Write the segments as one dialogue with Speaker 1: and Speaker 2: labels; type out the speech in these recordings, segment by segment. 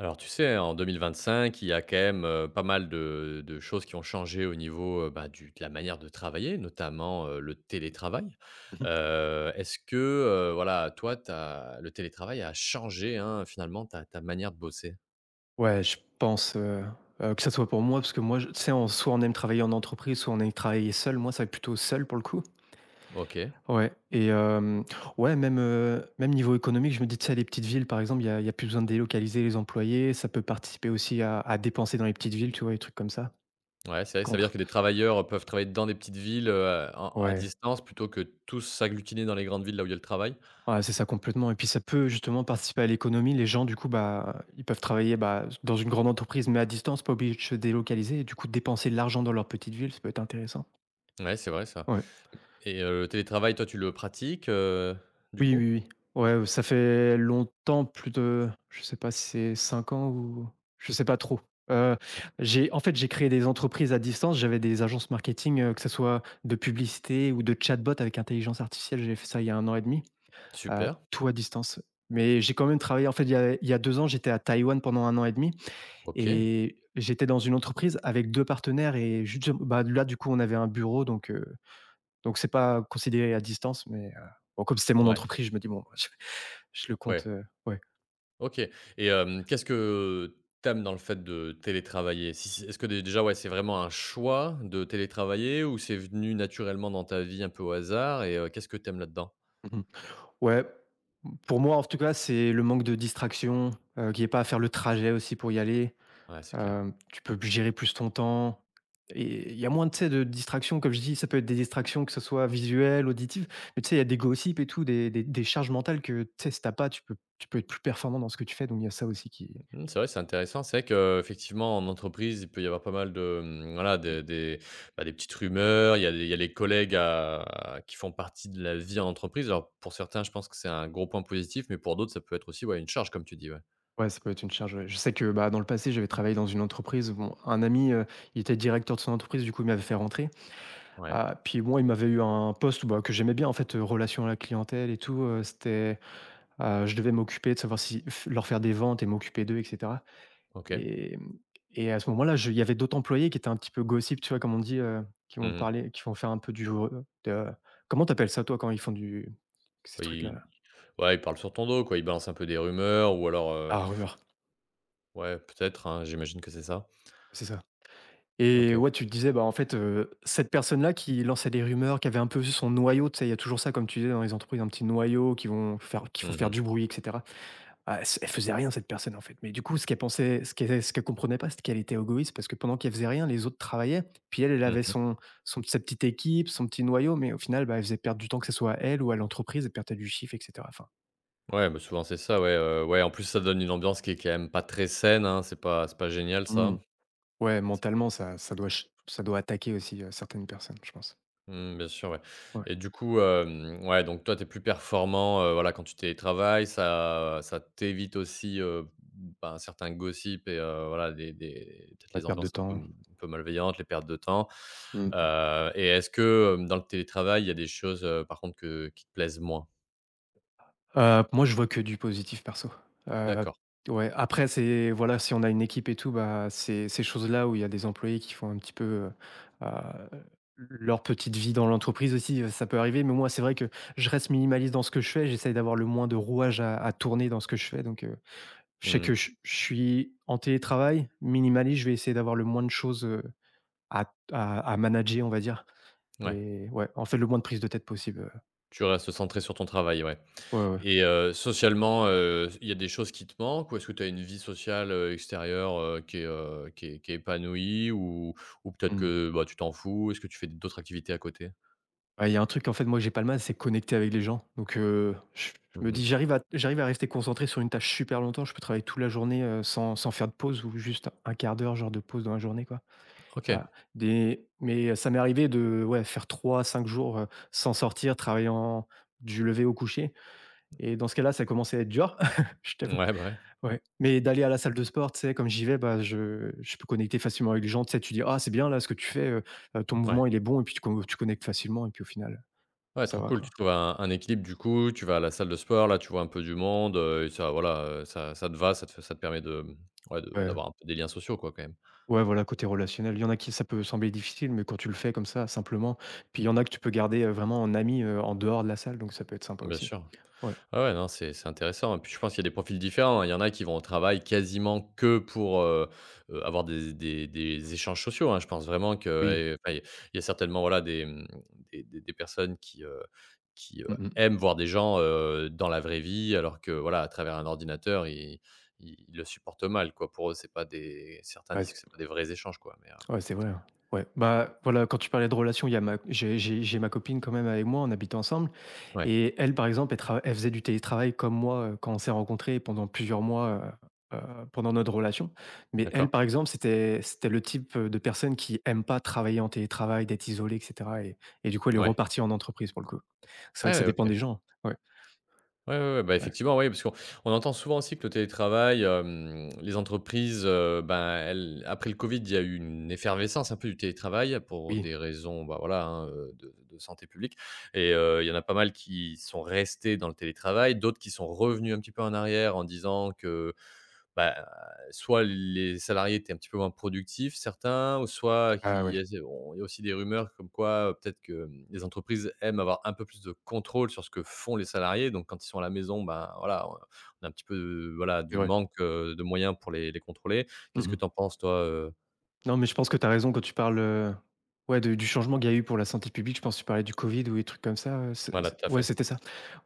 Speaker 1: Alors tu sais, hein, en 2025, il y a quand même, pas mal de choses qui ont changé au niveau, bah, du de la manière de travailler, notamment, le télétravail.
Speaker 2: Mmh.
Speaker 1: Est-ce que, voilà, toi, t'as le télétravail a changé, hein, finalement, ta manière de bosser?
Speaker 2: Ouais, je pense, que ça soit pour moi, parce que moi, je tu sais, on soit on aime travailler en entreprise, soit on aime travailler seul. Moi, ça va être plutôt seul pour le coup.
Speaker 1: OK.
Speaker 2: Ouais et ouais, même niveau économique, je me dis, tu sais, les petites villes, par exemple, il y a plus besoin de délocaliser les employés. Ça peut participer aussi à dépenser dans les petites villes, tu vois, des trucs comme ça.
Speaker 1: Ouais, c'est vrai, ça veut dire
Speaker 2: Contre
Speaker 1: que des travailleurs peuvent travailler dans des petites villes, en à
Speaker 2: Ouais,
Speaker 1: distance plutôt que tous s'agglutiner dans les grandes villes là où il y a le travail?
Speaker 2: ouais, c'est ça complètement et puis ça peut justement participer à l'économie. Les gens, du coup, bah, ils peuvent travailler, bah, dans une grande entreprise, mais à distance, pas obligés de se délocaliser et du coup dépenser de l'argent dans leur petite ville, ça peut être intéressant.
Speaker 1: Ouais, c'est vrai ça.
Speaker 2: Ouais.
Speaker 1: Et le télétravail, toi, tu le pratiques, du
Speaker 2: Oui,
Speaker 1: coup?
Speaker 2: oui, oui. Ouais, ça fait longtemps, plus de je sais pas si c'est 5 ans ou je sais pas trop. Heu, j'ai En fait, j'ai créé des entreprises à distance, j'avais des agences marketing, que ce soit de publicité ou de chatbot avec intelligence artificielle, j'ai fait ça il y a un an et demi,
Speaker 1: Super.
Speaker 2: tout à distance. Mais j'ai quand même travaillé en fait, il y a 2 ans, j'étais à Taïwan pendant un an et demi
Speaker 1: OK.
Speaker 2: et j'étais dans une entreprise avec 2 partenaires et juste, bah, là, du coup, on avait un bureau donc c'est pas considéré à distance mais bon, comme c'était mon
Speaker 1: Ouais,
Speaker 2: entreprise, je me dis: «Bon» Je le compte,
Speaker 1: ouais.
Speaker 2: ouais.
Speaker 1: OK. Et qu'est-ce que t'aimes dans le fait de télétravailler? Si est-ce que dé déjà, ouais, c'est vraiment un choix de télétravailler ou c'est venu naturellement dans ta vie un peu au hasard? Et qu'est-ce que t'aimes là-dedans?
Speaker 2: Mmh. Ouais, pour moi, en tout cas, c'est le manque de distraction, qu'il n'y ait pas à faire le trajet aussi pour y aller.
Speaker 1: Ouais, c'est clair.
Speaker 2: Tu peux gérer plus ton temps et il y a moins, tu sais, de distractions. Comme je dis, ça peut être des distractions, que ce soit visuelles, auditives, mais tu sais, il y a des gossips et tout, des charges mentales que, tu sais, si t'as pas, tu peux être plus performant dans ce que tu fais, donc il y a ça aussi qui.
Speaker 1: Mmh, c'est vrai, c'est intéressant. C'est vrai qu'effectivement, en entreprise, il peut y avoir pas mal de, mmh, voilà, des, bah, des petites rumeurs. Il y a les collègues qui font partie de la vie en entreprise. Alors pour certains, je pense que c'est un gros point positif, mais pour d'autres, ça peut être aussi, ouais, une charge comme tu dis, ouais.
Speaker 2: Ouais, ça peut être une charge, ouais. Je sais que, bah, dans le passé, j'avais travaillé dans une entreprise. Bon, un ami, il était directeur de son entreprise, du coup, il m'avait fait rentrer.
Speaker 1: Ouais,
Speaker 2: Ah, puis moi, il m'avait eu un poste bah, que j'aimais bien en fait, relation à la clientèle et tout, c'était, je devais m'occuper de savoir si f leur faire des ventes et m'occuper d'eux et cetera
Speaker 1: OK.
Speaker 2: et mmh et à ce moment-là, je il y avait d'autres employés qui étaient un petit peu gossip, tu vois? Comme on dit, qui vont
Speaker 1: Mmh.
Speaker 2: parler qui vont faire un peu du re de comment t'appelles ça toi quand ils font du ces
Speaker 1: Ouais,
Speaker 2: trucs-là,
Speaker 1: il
Speaker 2: là?
Speaker 1: ouais, il parle sur ton dos, quoi. Il balance un peu des rumeurs, ou alors,
Speaker 2: Ah, rumeur,
Speaker 1: ouais peut-être, hein, j'imagine que c'est ça?
Speaker 2: c'est ça et
Speaker 1: OK.
Speaker 2: ouais, tu te disais, bah, en fait, cette personne-là qui lançait des rumeurs, qui avait un peu son noyau, tu sais? Il y a toujours ça comme tu disais dans les entreprises, un petit noyau qui vont faire qui vont
Speaker 1: Mmh
Speaker 2: faire
Speaker 1: mh.
Speaker 2: du bruit etc. Ah, elle faisait rien cette personne, en fait. Mais du coup, ce qu'elle comprenait pas, c'est qu'elle était égoïste parce que pendant qu'elle faisait rien, les autres travaillaient. Puis elle, elle avait
Speaker 1: Mmh.
Speaker 2: son son sa petite équipe, son petit noyau, mais au final, bah, elle faisait perdre du temps, que ce soit à elle ou à l'entreprise, elle perdait du chiffre et cetera. Enfin.
Speaker 1: Ouais, bah, souvent c'est ça, ouais. Ouais, en plus ça donne une ambiance qui est quand même pas très saine, hein. C'est pas génial,
Speaker 2: Mmh.
Speaker 1: ça.
Speaker 2: Ouais, mentalement, ça doit attaquer aussi, certaines personnes, je pense.
Speaker 1: Mmh, bien sûr, ouais.
Speaker 2: Ouais,
Speaker 1: Et du coup, ouais, donc toi, tu es plus performant, voilà, quand tu télétravailles. Ça t'évite aussi, ben, certains gossips. Et voilà, des peut-être
Speaker 2: ouais,
Speaker 1: les
Speaker 2: perte de
Speaker 1: ambiances un peu
Speaker 2: temps.
Speaker 1: un peu malveillantes, les pertes de temps.
Speaker 2: Mmh.
Speaker 1: Et est-ce que, dans le télétravail, il y a des choses, par contre, que qui te plaisent moins?
Speaker 2: Moi, je vois que du positif perso. Heu,
Speaker 1: D'accord.
Speaker 2: ouais, après c'est voilà, si on a une équipe et tout, bah, c'est ces choses-là où il y a des employés qui font un petit peu, heu, leur petite vie dans l'entreprise aussi, ça peut arriver. Mais moi, c'est vrai que je reste minimaliste dans ce que je fais. J'essaye d'avoir le moins de rouages à tourner dans ce que je fais. Donc, je sais
Speaker 1: Mmh.
Speaker 2: que je suis en télétravail, minimaliste, je vais essayer d'avoir le moins de choses, à manager, on va dire.
Speaker 1: Ouais,
Speaker 2: Et ouais, en fait, le moins de prise de tête possible,
Speaker 1: tu restes centré sur ton travail, ouais.
Speaker 2: ouais, ouais.
Speaker 1: Et socialement, il y a des choses qui te manquent, ou est-ce que tu as une vie sociale, extérieure, qui est épanouie? Ou peut-être
Speaker 2: Mmh.
Speaker 1: que, bah, tu t'en fous? Est-ce que tu fais d'autres activités à côté?
Speaker 2: Ouais, il y a un truc, en fait, moi, j'ai pas le mal, c'est connecter avec les gens. Donc, je me
Speaker 1: Mmh.
Speaker 2: dis: «J'arrive à rester concentré sur une tâche super longtemps, je peux travailler toute la journée, sans faire de pause ou juste un quart d'heure, genre, de pause dans la journée, quoi».
Speaker 1: OK.
Speaker 2: Ah, des mais ça m'est arrivé de, ouais, faire trois cinq jours, sans sortir, travaillant du lever au coucher et dans ce cas-là, ça commençait à être dur, je t'avoue.
Speaker 1: Ouais, bah, ouais.
Speaker 2: Ouais, mais d'aller à la salle de sport, tu sais, comme j'y vais, bah, je peux connecter facilement avec les gens. Tu sais, tu dis: «Ah, c'est bien, là, ce que tu fais, ton
Speaker 1: Ouais.
Speaker 2: mouvement, il est bon» et puis tu connectes facilement et puis au final,
Speaker 1: Ouais,
Speaker 2: ça
Speaker 1: trop
Speaker 2: va,
Speaker 1: cool. Tu
Speaker 2: quoi.
Speaker 1: trouves un équilibre du coup, tu vas à la salle de sport, là, tu vois un peu du monde, et ça, voilà, ça te va, ça te permet de, ouais, de
Speaker 2: Ouais.
Speaker 1: d'avoir un peu des liens sociaux, quoi, quand même.
Speaker 2: Ouais, voilà, côté relationnel. Il y en a qui ça peut sembler difficile, mais quand tu le fais comme ça, simplement, puis il y en a que tu peux garder, vraiment en ami, en dehors de la salle, donc ça peut être sympa
Speaker 1: Bien
Speaker 2: aussi.
Speaker 1: sûr.
Speaker 2: Ouais,
Speaker 1: Ah ouais, non, c'est intéressant. Et puis je pense qu'il y a des profils différents, hein. Il y en a qui vont au travail quasiment que pour, avoir des échanges sociaux, hein. Je pense vraiment que,
Speaker 2: oui.
Speaker 1: enfin, il y a certainement, voilà, des, mmh, des personnes qui
Speaker 2: Mmh mh.
Speaker 1: aiment voir des gens, dans la vraie vie, alors que, voilà, à travers un ordinateur, ils le supportent mal, quoi. Pour eux, c'est pas des certains
Speaker 2: Ouais,
Speaker 1: disent que
Speaker 2: c'est
Speaker 1: c'est pas des vrais échanges, quoi, mais,
Speaker 2: ouais, c'est vrai, hein. Ouais, bah, voilà, quand tu parlais de relation, il y a ma j'ai ma copine quand même avec moi, on habite ensemble.
Speaker 1: ouais,
Speaker 2: Et elle, par exemple, elle faisait du télétravail comme moi, quand on s'est rencontrés pendant plusieurs mois, heu heu, pendant notre relation. Mais elle,
Speaker 1: d'accord.
Speaker 2: par exemple, c'était le type, de personne qui aime pas travailler en télétravail, d'être isolée et cetera et du coup, elle est
Speaker 1: Ouais.
Speaker 2: repartie en entreprise pour le coup. C'est vrai
Speaker 1: Ouais,
Speaker 2: que ça
Speaker 1: ouais,
Speaker 2: dépend
Speaker 1: OK.
Speaker 2: des gens. Ouais,
Speaker 1: Ouais, ouais, ouais, bah,
Speaker 2: ouais.
Speaker 1: effectivement, oui, parce qu'on on entend souvent aussi que le télétravail, les entreprises, ben, elles, après le Covid, il y a eu une effervescence un peu du télétravail pour
Speaker 2: Oui.
Speaker 1: des raisons, bah, voilà, hein, de santé publique. Et il y en a pas mal qui sont restés dans le télétravail, d'autres qui sont revenus un petit peu en arrière, en disant que, bah, soit les salariés étaient un petit peu moins productifs, certains, ou soit qu'il
Speaker 2: Ah
Speaker 1: y
Speaker 2: ouais,
Speaker 1: a z bon, il y a aussi des rumeurs comme quoi, peut-être que, les entreprises aiment avoir un peu plus de contrôle sur ce que font les salariés. Donc quand ils sont à la maison, ben, voilà, on a un petit peu, voilà,
Speaker 2: c'est
Speaker 1: du
Speaker 2: vrai.
Speaker 1: manque, de moyens pour les contrôler. Qu'est-ce que
Speaker 2: Mmh.
Speaker 1: tu en penses, toi?
Speaker 2: Non, mais je pense que tu as raison quand tu parles, ouais, de du changement qu'il y a eu pour la santé publique. Je pense que tu parlais du Covid ou des trucs comme ça, c'est
Speaker 1: Voilà,
Speaker 2: c'est
Speaker 1: tout à
Speaker 2: ouais,
Speaker 1: fait.
Speaker 2: c'était ça.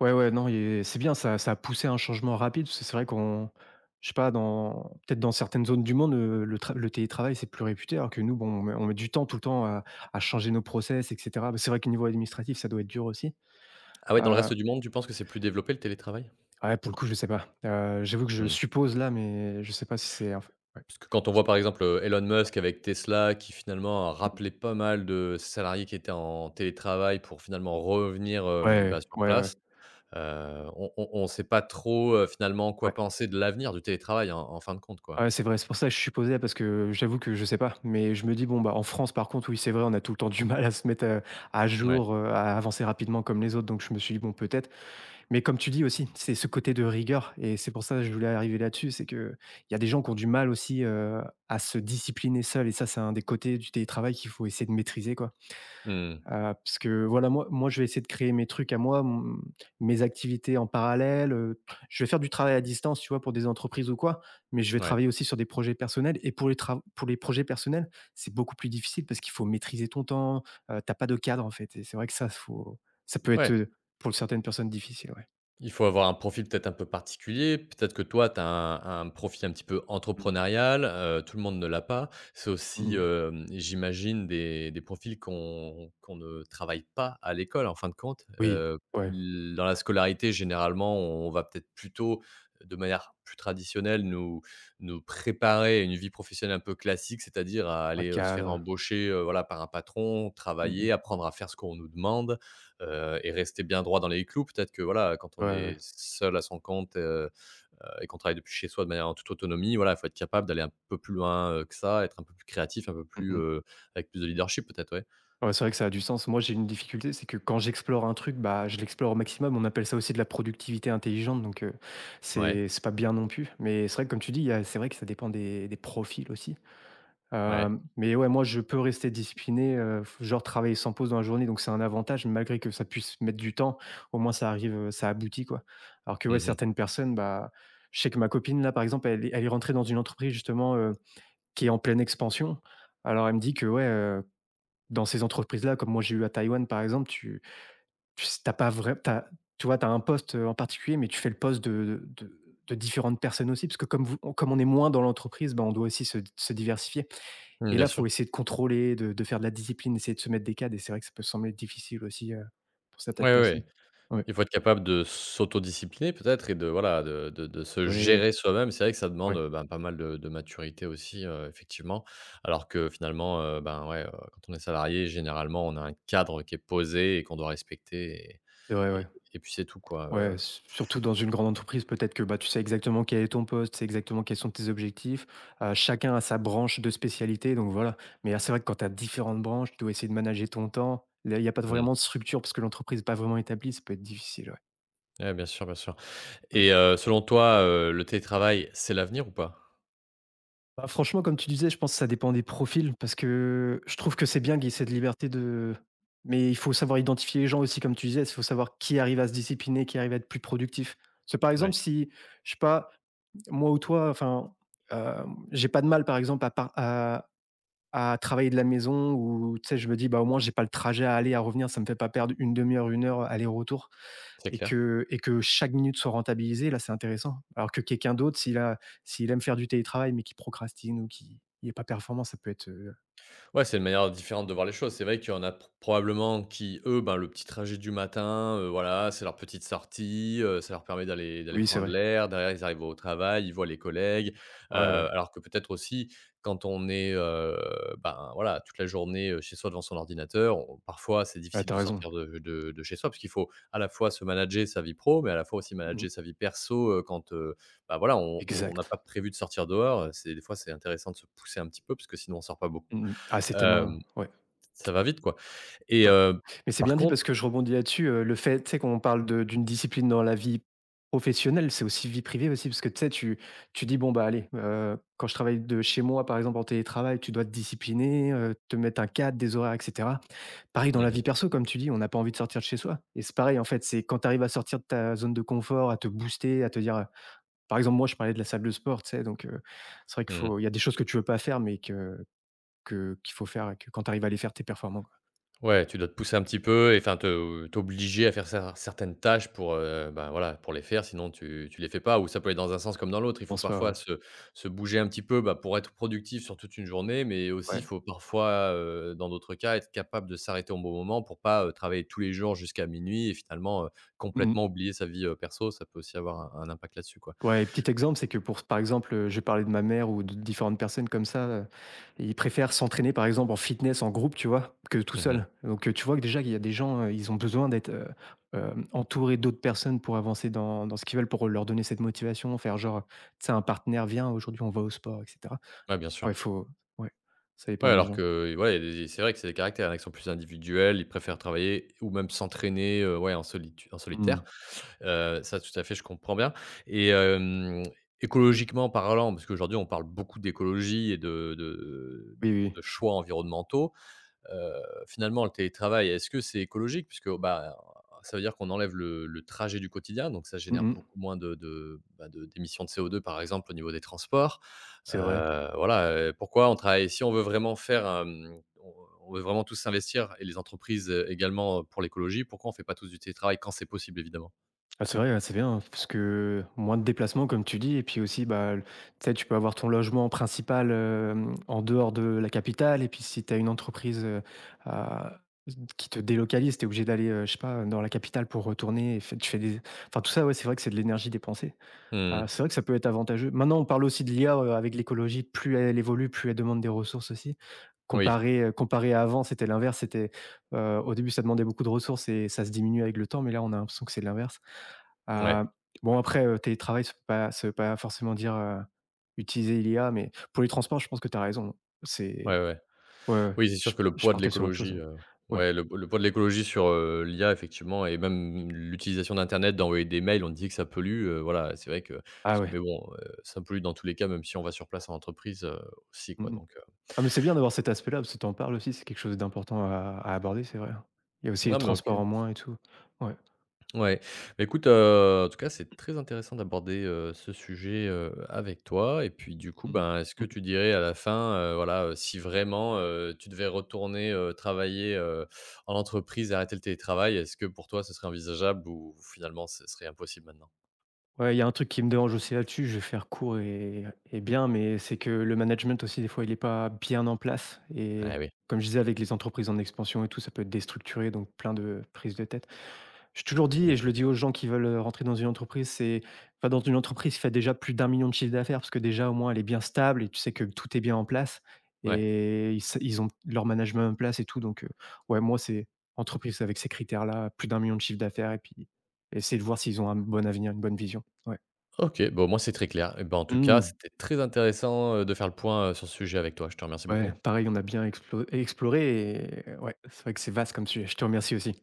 Speaker 2: Ouais, ouais, non et c'est bien ça a poussé un changement rapide parce que c'est vrai qu'on je sais pas dans peut-être dans certaines zones du monde, le télétravail, c'est plus réputé alors que nous, bon, on met du temps tout le temps à changer nos process et cetera. Bah, c'est vrai qu'au niveau administratif, ça doit être dur aussi.
Speaker 1: Ah ouais, dans le
Speaker 2: Heu,
Speaker 1: reste du monde, tu penses que c'est plus développé, le télétravail?
Speaker 2: ouais, pour le coup, je sais pas. J'avoue que je
Speaker 1: Mmh.
Speaker 2: suppose là, mais je sais pas si c'est inf ouais.
Speaker 1: Parce que quand on voit par exemple, Elon Musk avec Tesla, qui finalement a
Speaker 2: Mmh.
Speaker 1: rappelé pas mal de salariés qui étaient en télétravail pour finalement revenir, bah,
Speaker 2: Ouais,
Speaker 1: sur
Speaker 2: ouais, ouais, ouais.
Speaker 1: place, on ne sait pas trop, finalement, quoi penser de l'avenir du télétravail, en fin de compte, quoi.
Speaker 2: Ouais, c'est vrai, c'est pour ça que je suis posé parce que j'avoue que je sais pas, mais je me dis bon bah en France par contre oui c'est vrai on a tout le temps du mal à se mettre à
Speaker 1: Ouais.
Speaker 2: jour, à avancer rapidement comme les autres donc je me suis dit: «Bon peut-être» mais comme tu dis aussi, c'est ce côté de rigueur et c'est pour ça que je voulais arriver là-dessus, c'est que il y a des gens qui ont du mal aussi, à se discipliner seuls et ça c'est un des côtés du télétravail qu'il faut essayer de maîtriser quoi.
Speaker 1: Mmh.
Speaker 2: Parce que voilà, moi, je vais essayer de créer mes trucs à moi, m mes activités en parallèle, je vais faire du travail à distance, tu vois, pour des entreprises ou quoi, mais je vais
Speaker 1: Ouais.
Speaker 2: travailler aussi sur des projets personnels et pour les trav pour les projets personnels, c'est beaucoup plus difficile parce qu'il faut maîtriser ton temps, tu pas de cadre, en fait et c'est vrai que ça peut être,
Speaker 1: Ouais.
Speaker 2: pour certaines personnes difficile, ouais.
Speaker 1: Il faut avoir un profil peut-être un peu particulier. Peut-être que toi, tu as un profil un petit peu
Speaker 2: Mmh.
Speaker 1: entrepreneurial. Tout le monde ne l'a pas. C'est
Speaker 2: Mmh
Speaker 1: aussi,
Speaker 2: mh.
Speaker 1: j'imagine, des profils qu'on ne travaille pas à l'école, en fin de compte.
Speaker 2: Oui, ouais,
Speaker 1: Dans la scolarité, généralement, on va peut-être plutôt, de manière plus traditionnelle, nous, nous préparer à une vie professionnelle un peu classique, c'est-à-dire à
Speaker 2: un
Speaker 1: aller se faire
Speaker 2: cadre.
Speaker 1: embaucher, voilà, par un patron,
Speaker 2: Mmh
Speaker 1: travailler,
Speaker 2: mh.
Speaker 1: apprendre à faire ce qu'on nous demande. Et rester bien droit dans les clous. Peut-être que, voilà, quand on
Speaker 2: Ouais,
Speaker 1: est
Speaker 2: ouais.
Speaker 1: seul à son compte, et qu'on travaille depuis chez soi de manière en toute autonomie, voilà, il faut être capable d'aller un peu plus loin, que ça, être un peu plus créatif, un peu
Speaker 2: Mmh
Speaker 1: plus,
Speaker 2: mh.
Speaker 1: avec plus de leadership peut-être, ouais.
Speaker 2: Ouais, c'est vrai que ça a du sens. Moi, j'ai une difficulté, c'est que quand j'explore un truc, bah, je l'explore au maximum. On appelle ça aussi de la productivité intelligente, donc
Speaker 1: Ouais,
Speaker 2: c'est pas bien non plus. Mais c'est vrai que comme tu dis, il y a c'est vrai que ça dépend des profils aussi.
Speaker 1: ouais.
Speaker 2: Mais ouais, moi, je peux rester discipliné, f genre travailler sans pause dans la journée, donc c'est un avantage malgré que ça puisse mettre du temps. Au moins ça arrive, ça aboutit, quoi. Alors que ouais,
Speaker 1: Mmh mh.
Speaker 2: certaines personnes, bah, je sais que ma copine là, par exemple, elle est rentrée dans une entreprise justement, qui est en pleine expansion. Alors elle me dit que ouais, dans ces entreprises-là, comme moi j'ai eu à Taïwan par exemple, tu tu s pas vrai tu tu vois, tu as un poste, en particulier, mais tu fais le poste de différentes personnes aussi, parce que comme on est moins dans l'entreprise, ben on doit aussi se diversifier
Speaker 1: Mmh,
Speaker 2: et
Speaker 1: bien
Speaker 2: là, faut
Speaker 1: sûr.
Speaker 2: essayer de contrôler, de faire de la discipline, essayer de se mettre des cadres et c'est vrai que ça peut sembler difficile aussi, pour
Speaker 1: Ouais,
Speaker 2: certaines
Speaker 1: ouais,
Speaker 2: personnes.
Speaker 1: ouais.
Speaker 2: Ouais,
Speaker 1: Il faut être capable de s'autodiscipliner peut-être, et de voilà, de se
Speaker 2: ouais,
Speaker 1: gérer soi-même. C'est vrai que ça demande,
Speaker 2: ouais,
Speaker 1: ben, pas mal de maturité aussi, effectivement. Alors que finalement, ben, ouais, quand on est salarié, généralement, on a un cadre qui est posé et qu'on doit respecter.
Speaker 2: c'est vrai,
Speaker 1: Et
Speaker 2: ouais.
Speaker 1: et puis c'est tout, quoi,
Speaker 2: Ouais, s surtout dans une grande entreprise, peut-être que, bah, tu sais exactement quel est ton poste, c'est exactement quels sont tes objectifs. Chacun a sa branche de spécialité, donc voilà. Mais, c'est vrai que quand tu as différentes branches, tu dois essayer de manager ton temps. Là, il y a pas de
Speaker 1: mmh.
Speaker 2: vraiment de structure parce que l'entreprise n'est pas vraiment établie, ça peut être difficile, ouais,
Speaker 1: Ouais, bien sûr, bien sûr.
Speaker 2: ouais.
Speaker 1: Et selon toi, le télétravail, c'est l'avenir ou pas?
Speaker 2: Bah, franchement, comme tu disais, je pense que ça dépend des profils parce que je trouve que c'est bien qu'il y ait cette liberté de mais il faut savoir identifier les gens aussi, comme tu disais, il faut savoir qui arrive à se discipliner, qui arrive à être plus productif. Parce que, par
Speaker 1: Ouais,
Speaker 2: exemple, si, je sais pas. Moi ou toi, enfin, heu, j'ai pas de mal, par exemple, à par à travailler de la maison ou tu sais, je me dis: «Bah, au moins, j'ai pas le trajet à aller, à revenir, ça me fait pas perdre une demi heure, une heure aller-retour»
Speaker 1: c'est clair.
Speaker 2: et que chaque minute soit rentabilisée, là, c'est intéressant. Alors que quelqu'un d'autre, s'il aime faire du télétravail, mais qui procrastine ou qui n'est pas performant, ça peut être,
Speaker 1: Ouais, c'est une manière différente de voir les choses. C'est vrai qu'il y en a probablement qui, eux, ben, le petit trajet du matin, voilà, c'est leur petite sortie, ça leur permet d'aller
Speaker 2: oui, c'est
Speaker 1: prendre
Speaker 2: vrai.
Speaker 1: l'air. Derrière, ils arrivent au travail, ils voient les collègues.
Speaker 2: Ouais, ouais.
Speaker 1: Alors que peut-être aussi, quand on est ben, voilà, toute la journée chez soi devant son ordinateur, parfois c'est
Speaker 2: Ouais,
Speaker 1: difficile
Speaker 2: tu
Speaker 1: de
Speaker 2: raison.
Speaker 1: sortir de, de chez soi, parce qu'il faut à la fois se manager sa vie pro, mais à la fois aussi
Speaker 2: Mmh.
Speaker 1: manager sa vie perso, quand ben, voilà, on n'a pas
Speaker 2: Exact.
Speaker 1: prévu de sortir dehors. Des fois, c'est intéressant de se pousser un petit peu, parce que sinon, on sort pas beaucoup.
Speaker 2: Mmh. Ah, c'est
Speaker 1: Hem,
Speaker 2: tellement ouais,
Speaker 1: Ça va vite, quoi. Et
Speaker 2: ouais. Mais c'est
Speaker 1: par
Speaker 2: bien dit parce
Speaker 1: contre,
Speaker 2: que je rebondis là-dessus, le fait, tu sais, quand on parle de d'une discipline dans la vie professionnelle, c'est aussi vie privée aussi parce que, tu sais, tu dis: «Bon, bah, allez, quand je travaille de chez moi, par exemple, en télétravail, tu dois te discipliner, te mettre un cadre, des horaires et cetera». Pareil dans
Speaker 1: mmh
Speaker 2: la
Speaker 1: mh.
Speaker 2: vie perso, comme tu dis, on n'a pas envie de sortir de chez soi et c'est pareil, en fait, c'est quand tu arrives à sortir de ta zone de confort, à te booster, à te dire, par exemple, moi, je parlais de la salle de sport, tu sais, donc c'est vrai qu'il
Speaker 1: Mmh mh.
Speaker 2: faut il y a des choses que tu veux pas faire mais que qu'il faut faire et que quand tu arrives à les faire, t'es performant, quoi.
Speaker 1: Ouais, tu dois te pousser un petit peu, et enfin te t'obliger à faire certaines tâches pour, bah, voilà, pour les faire, sinon tu les fais pas. Ou ça peut aller dans un sens comme dans l'autre. Il
Speaker 2: Je
Speaker 1: faut
Speaker 2: pense pas,
Speaker 1: parfois
Speaker 2: ouais.
Speaker 1: se bouger un petit peu, bah, pour être productif sur toute une journée, mais aussi il
Speaker 2: Ouais.
Speaker 1: faut parfois, dans d'autres cas, être capable de s'arrêter au bon moment pour pas, travailler tous les jours jusqu'à minuit et finalement,
Speaker 2: Mmh.
Speaker 1: complètement oublier sa vie, perso. Ça peut aussi avoir un impact là-dessus, quoi.
Speaker 2: Ouais, et petit exemple, c'est que pour par exemple, je parlais de ma mère ou de différentes personnes comme ça, ils préfèrent s'entraîner par exemple en fitness, en groupe, tu vois? Que tout
Speaker 1: Mmh mh.
Speaker 2: seul. Donc, tu vois que déjà il y a des gens, ils ont besoin d'être, entourés d'autres personnes pour avancer dans ce qu'ils veulent, pour leur donner cette motivation, faire genre, tu sais, un partenaire: «Viens, aujourd'hui on va au sport» et cetera.
Speaker 1: Ouais, bien
Speaker 2: Ouais,
Speaker 1: sûr.
Speaker 2: faut ouais, ça
Speaker 1: Ouais,
Speaker 2: dépend des
Speaker 1: alors
Speaker 2: gens.
Speaker 1: que, ouais, des c'est vrai que c'est des caractères, il y en a qui sont plus individuels, ils préfèrent travailler ou même s'entraîner, ouais, en solitu en
Speaker 2: Mmh.
Speaker 1: solitaire. Ça, tout à fait, je comprends bien. Et écologiquement parlant, parce qu'aujourd'hui, on parle beaucoup d'écologie et de de de
Speaker 2: Oui, oui.
Speaker 1: de choix environnementaux. Finalement, le télétravail, est-ce que c'est écologique? Puisque, bah, ça veut dire qu'on enlève le trajet du quotidien, donc ça
Speaker 2: Oui. Mmh
Speaker 1: génère
Speaker 2: mh.
Speaker 1: beaucoup moins de, bah, de d'émissions de CO2, par exemple, au niveau des transports.
Speaker 2: C'est vrai.
Speaker 1: Voilà, pourquoi on travaille, si on veut vraiment faire, on veut vraiment tous s'investir, et les entreprises, également, pour l'écologie, pourquoi on fait pas tous du télétravail quand c'est possible, évidemment?
Speaker 2: Ah, c'est vrai, ouais, c'est bien, hein, parce que moins de déplacements, comme tu dis, et puis aussi, bah, le- tu sais, tu peux avoir ton logement principal en dehors de la capitale, et puis si tu as une entreprise à- qui te délocalise, tu es obligé d'aller, je sais pas, dans la capitale pour retourner, et fait- tu fais des... Enfin, tout ça, ouais, c'est vrai que c'est de l'énergie dépensée. Ah,
Speaker 1: Mmh.
Speaker 2: c'est vrai que ça peut être avantageux. Maintenant, on parle aussi de l'IA, avec l'écologie, plus elle évolue, plus elle demande des ressources aussi.
Speaker 1: Oui.
Speaker 2: Comparé, comparé à avant, c'était l'inverse, c'était, au début, ça demandait beaucoup de ressources et ça se diminue avec le temps, mais là, on a l'impression que c'est l'inverse. Heu,
Speaker 1: Ouais.
Speaker 2: bon, après, télétravail, ça veut pas forcément dire, utiliser l'IA, mais pour les transports, je pense que tu as raison.
Speaker 1: Ouais,
Speaker 2: C'est
Speaker 1: ouais.
Speaker 2: ouais, ouais,
Speaker 1: Oui, c'est sûr que le
Speaker 2: je
Speaker 1: poids de
Speaker 2: partais sur autre chose,
Speaker 1: l'écologie,
Speaker 2: mais ouais.
Speaker 1: ouais, le poids de l'écologie sur, l'IA, effectivement, et même l'utilisation d'internet, d'envoyer des mails, on dit que ça pollue, voilà, c'est vrai que
Speaker 2: Ah
Speaker 1: s
Speaker 2: ouais.
Speaker 1: mais bon, ça pollue dans tous les cas, même si on va sur place en entreprise, aussi, quoi,
Speaker 2: Mmh mmh.
Speaker 1: donc,
Speaker 2: Ah mais c'est bien d'avoir cet aspect-là, parce que t'en parles aussi, c'est quelque chose d'important à aborder, c'est vrai. Il y a aussi les
Speaker 1: non mais OK.
Speaker 2: transports en moins et tout. Ouais.
Speaker 1: Ouais. Bah, écoute, en tout cas, c'est très intéressant d'aborder, ce sujet, avec toi. Et puis, du coup,
Speaker 2: Mmh.
Speaker 1: ben, est-ce que
Speaker 2: Mmh.
Speaker 1: tu dirais à la fin, voilà, si vraiment, tu devais retourner, travailler, en entreprise et arrêter le télétravail, est-ce que pour toi, ce serait envisageable ou finalement ce serait impossible maintenant?
Speaker 2: Ouais, il y a un truc qui me dérange aussi là-dessus, je vais faire court et bien, mais c'est que le management aussi, des fois, il est pas bien en place et
Speaker 1: Ah oui.
Speaker 2: comme je disais avec les entreprises en expansion et tout, ça peut être déstructuré, donc plein de prises de tête. J'ai toujours dit et je
Speaker 1: Mmh.
Speaker 2: le dis aux gens qui veulent, rentrer dans une entreprise, c'est va dans une entreprise qui fait déjà plus d'un million de chiffre d'affaires parce que déjà au moins elle est bien stable et tu sais que tout est bien en place
Speaker 1: Ouais.
Speaker 2: et ils ont leur management en place et tout donc ouais moi c'est entreprise avec ces critères là, plus d'un million de chiffre d'affaires et puis essayer de voir s'ils ont un bon avenir, une bonne vision. Ouais.
Speaker 1: OK, bon, moi, c'est très clair. Et bah, en tout cas,
Speaker 2: Mmh.
Speaker 1: c'était très intéressant, de faire le point, sur ce sujet avec toi. Je te remercie beaucoup.
Speaker 2: Ouais, pareil on a bien exploré et ouais, c'est vrai que c'est vaste comme sujet. Je te remercie aussi.